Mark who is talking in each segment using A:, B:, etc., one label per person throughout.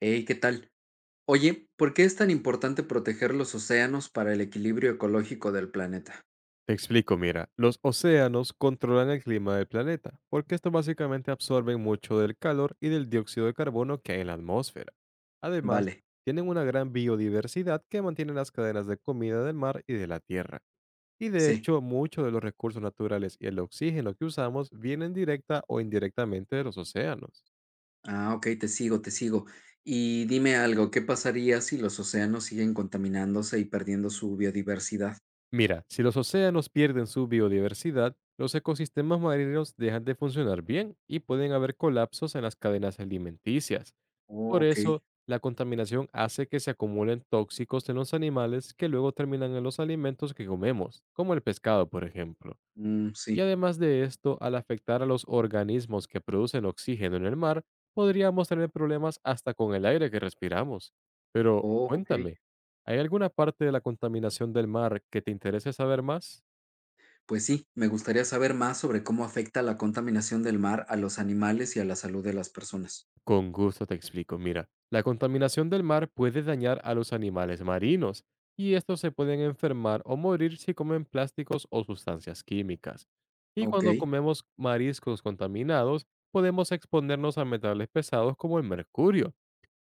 A: Hey, ¿qué tal? Oye, ¿por qué es tan importante proteger los océanos para el equilibrio ecológico del planeta?
B: Te explico, mira, los océanos controlan el clima del planeta, porque estos básicamente absorben mucho del calor y del dióxido de carbono que hay en la atmósfera. Además,
A: Vale,
B: tienen una gran biodiversidad que mantiene las cadenas de comida del mar y de la tierra. Y de
A: sí.
B: hecho, muchos de los recursos naturales y el oxígeno que usamos vienen directa o indirectamente de los océanos.
A: Ah, ok, te sigo, te sigo. Y dime algo, ¿qué pasaría si los océanos siguen contaminándose y perdiendo su biodiversidad?
B: Mira, si los océanos pierden su biodiversidad, los ecosistemas marinos dejan de funcionar bien y pueden haber colapsos en las cadenas alimenticias.
A: Oh,
B: Por
A: ok.
B: eso, la contaminación hace que se acumulen tóxicos en los animales que luego terminan en los alimentos que comemos, como el pescado, por ejemplo.
A: Mm,
B: Y
A: sí.
B: además de esto, al afectar a los organismos que producen oxígeno en el mar, podríamos tener problemas hasta con el aire que respiramos. Pero
A: Oh, ok.
B: cuéntame, ¿hay alguna parte de la contaminación del mar que te interese saber más?
A: Pues sí, me gustaría saber más sobre cómo afecta la contaminación del mar a los animales y a la salud de las personas.
B: Con gusto te explico, mira, la contaminación del mar puede dañar a los animales marinos y estos se pueden enfermar o morir si comen plásticos o sustancias químicas. Y
A: Ok,
B: cuando comemos mariscos contaminados, podemos exponernos a metales pesados como el mercurio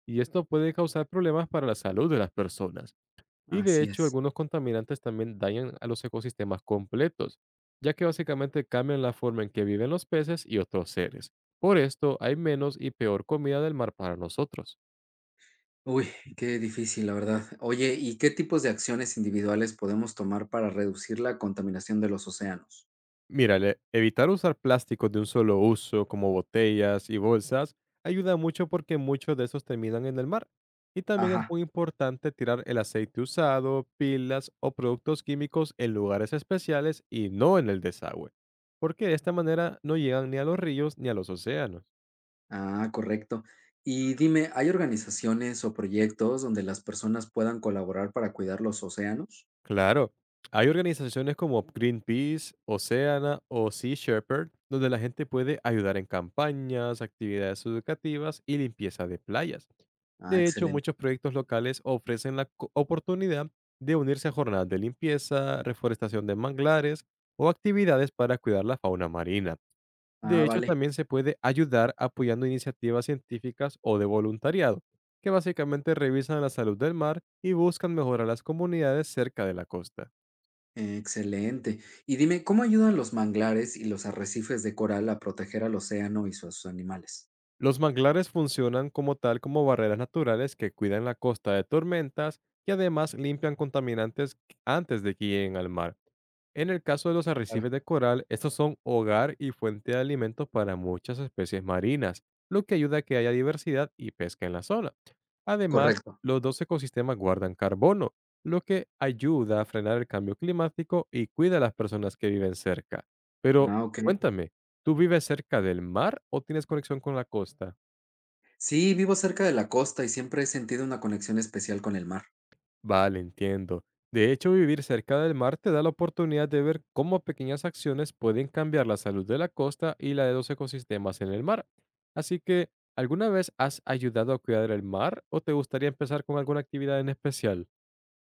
B: y esto puede causar problemas para la salud de las personas. Y de
A: así
B: hecho,
A: es.
B: algunos contaminantes también dañan a los ecosistemas completos, ya que básicamente cambian la forma en que viven los peces y otros seres. Por esto, hay menos y peor comida del mar para nosotros.
A: Uy, qué difícil, la verdad. Oye, ¿y qué tipos de acciones individuales podemos tomar para reducir la contaminación de los océanos?
B: Mira, evitar usar plásticos de un solo uso, como botellas y bolsas, ayuda mucho porque muchos de esos terminan en el mar. Y también es
A: Ajá,
B: muy importante tirar el aceite usado, pilas o productos químicos en lugares especiales y no en el desagüe, porque de esta manera no llegan ni a los ríos ni a los océanos.
A: ah, correcto. Y dime, ¿hay organizaciones o proyectos donde las personas puedan colaborar para cuidar los océanos?
B: Claro. Hay organizaciones como Greenpeace, Oceana o Sea Shepherd, donde la gente puede ayudar en campañas, actividades educativas y limpieza de playas.
A: Ah,
B: De hecho,
A: excelente.
B: muchos proyectos locales ofrecen la oportunidad de unirse a jornadas de limpieza, reforestación de manglares o actividades para cuidar la fauna marina. De
A: Ah,
B: hecho,
A: vale,
B: también se puede ayudar apoyando iniciativas científicas o de voluntariado, que básicamente revisan la salud del mar y buscan mejorar las comunidades cerca de la costa.
A: excelente. Y dime, ¿cómo ayudan los manglares y los arrecifes de coral a proteger al océano y sus animales?
B: Los manglares funcionan como tal como barreras naturales que cuidan la costa de tormentas y además limpian contaminantes antes de que lleguen al mar. En el caso de los
A: Claro.
B: arrecifes de coral, estos son hogar y fuente de alimentos para muchas especies marinas, lo que ayuda a que haya diversidad y pesca en la zona. Además,
A: Correcto.
B: los dos ecosistemas guardan carbono, lo que ayuda a frenar el cambio climático y cuida a las personas que viven cerca. Pero
A: Ah, ok.
B: cuéntame, ¿tú vives cerca del mar o tienes conexión con la costa?
A: Sí, vivo cerca de la costa y siempre he sentido una conexión especial con el mar.
B: Vale, entiendo. De hecho, vivir cerca del mar te da la oportunidad de ver cómo pequeñas acciones pueden cambiar la salud de la costa y la de los ecosistemas en el mar. Así que, ¿alguna vez has ayudado a cuidar el mar o te gustaría empezar con alguna actividad en especial?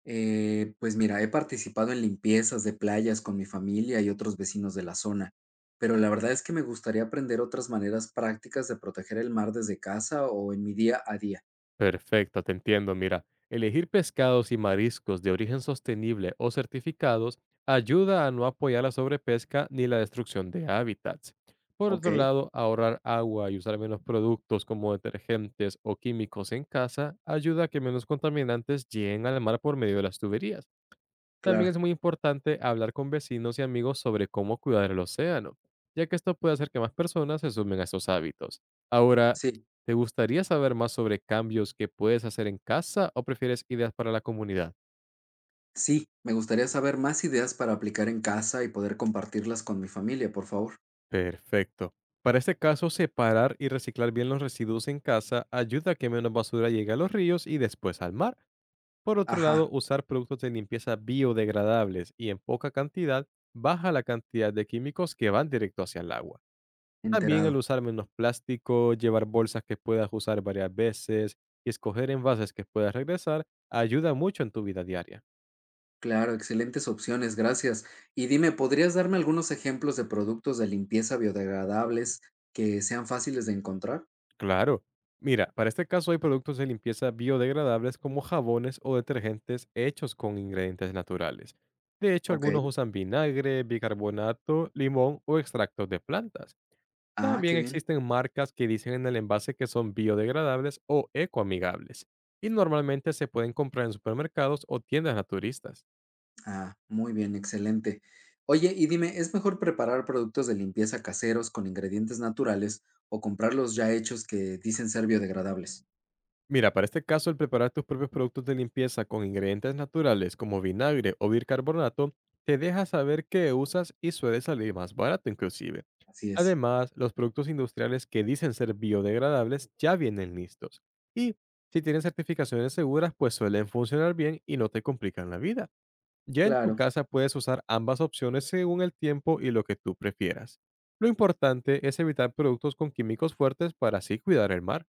A: Pues mira, he participado en limpiezas de playas con mi familia y otros vecinos de la zona, pero la verdad es que me gustaría aprender otras maneras prácticas de proteger el mar desde casa o en mi día a día.
B: Perfecto, te entiendo. Mira, elegir pescados y mariscos de origen sostenible o certificados ayuda a no apoyar la sobrepesca ni la destrucción de hábitats. Por
A: Ok,
B: otro lado, ahorrar agua y usar menos productos como detergentes o químicos en casa ayuda a que menos contaminantes lleguen al mar por medio de las tuberías. También
A: claro,
B: es muy importante hablar con vecinos y amigos sobre cómo cuidar el océano, ya que esto puede hacer que más personas se sumen a estos hábitos. Ahora,
A: sí,
B: ¿te gustaría saber más sobre cambios que puedes hacer en casa o prefieres ideas para la comunidad?
A: sí, me gustaría saber más ideas para aplicar en casa y poder compartirlas con mi familia, por favor.
B: Perfecto. Para este caso, separar y reciclar bien los residuos en casa ayuda a que menos basura llegue a los ríos y después al mar. Por otro lado,
A: Ajá,
B: usar productos de limpieza biodegradables y en poca cantidad baja la cantidad de químicos que van directo hacia el agua. También el
A: enterado.
B: usar menos plástico, llevar bolsas que puedas usar varias veces y escoger envases que puedas regresar ayuda mucho en tu vida diaria.
A: Claro, excelentes opciones, gracias. Y dime, ¿podrías darme algunos ejemplos de productos de limpieza biodegradables que sean fáciles de encontrar?
B: Claro. Mira, para este caso hay productos de limpieza biodegradables como jabones o detergentes hechos con ingredientes naturales. De hecho,
A: Ok,
B: algunos usan vinagre, bicarbonato, limón o extractos de plantas.
A: ah, qué
B: También
A: bien.
B: existen marcas que dicen en el envase que son biodegradables o ecoamigables y normalmente se pueden comprar en supermercados o tiendas naturistas.
A: Ah, muy bien, excelente. Oye, y dime, ¿es mejor preparar productos de limpieza caseros con ingredientes naturales o comprarlos ya hechos que dicen ser biodegradables?
B: Mira, para este caso, el preparar tus propios productos de limpieza con ingredientes naturales como vinagre o bicarbonato te deja saber qué usas y suele salir más barato inclusive.
A: Así es.
B: Además, los productos industriales que dicen ser biodegradables ya vienen listos. Y si tienen certificaciones seguras, pues suelen funcionar bien y no te complican la vida. Ya en tu
A: Claro,
B: casa puedes usar ambas opciones según el tiempo y lo que tú prefieras. Lo importante es evitar productos con químicos fuertes para así cuidar el mar.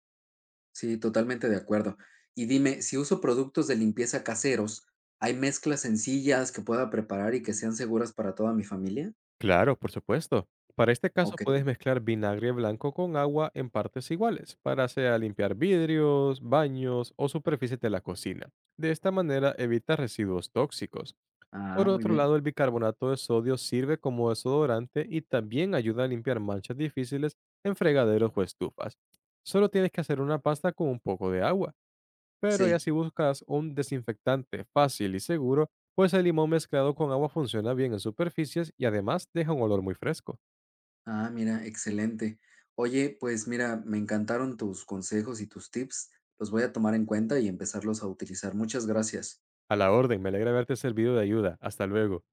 A: sí, totalmente de acuerdo. Y dime, si uso productos de limpieza caseros, ¿hay mezclas sencillas que pueda preparar y que sean seguras para toda mi familia?
B: Claro, por supuesto. Para este caso
A: Ok.
B: puedes mezclar vinagre blanco con agua en partes iguales, para sea limpiar vidrios, baños o superficies de la cocina. De esta manera evita residuos tóxicos.
A: Ah,
B: Por
A: muy
B: otro
A: bien.
B: lado, el bicarbonato de sodio sirve como desodorante y también ayuda a limpiar manchas difíciles en fregaderos o estufas. Solo tienes que hacer una pasta con un poco de agua. Pero ya
A: Sí.
B: si buscas un desinfectante fácil y seguro, pues el limón mezclado con agua funciona bien en superficies y además deja un olor muy fresco.
A: Ah, mira, excelente. Oye, pues mira, me encantaron tus consejos y tus tips. Los voy a tomar en cuenta y empezarlos a utilizar. Muchas gracias.
B: A la orden, me alegra haberte servido de ayuda. Hasta luego.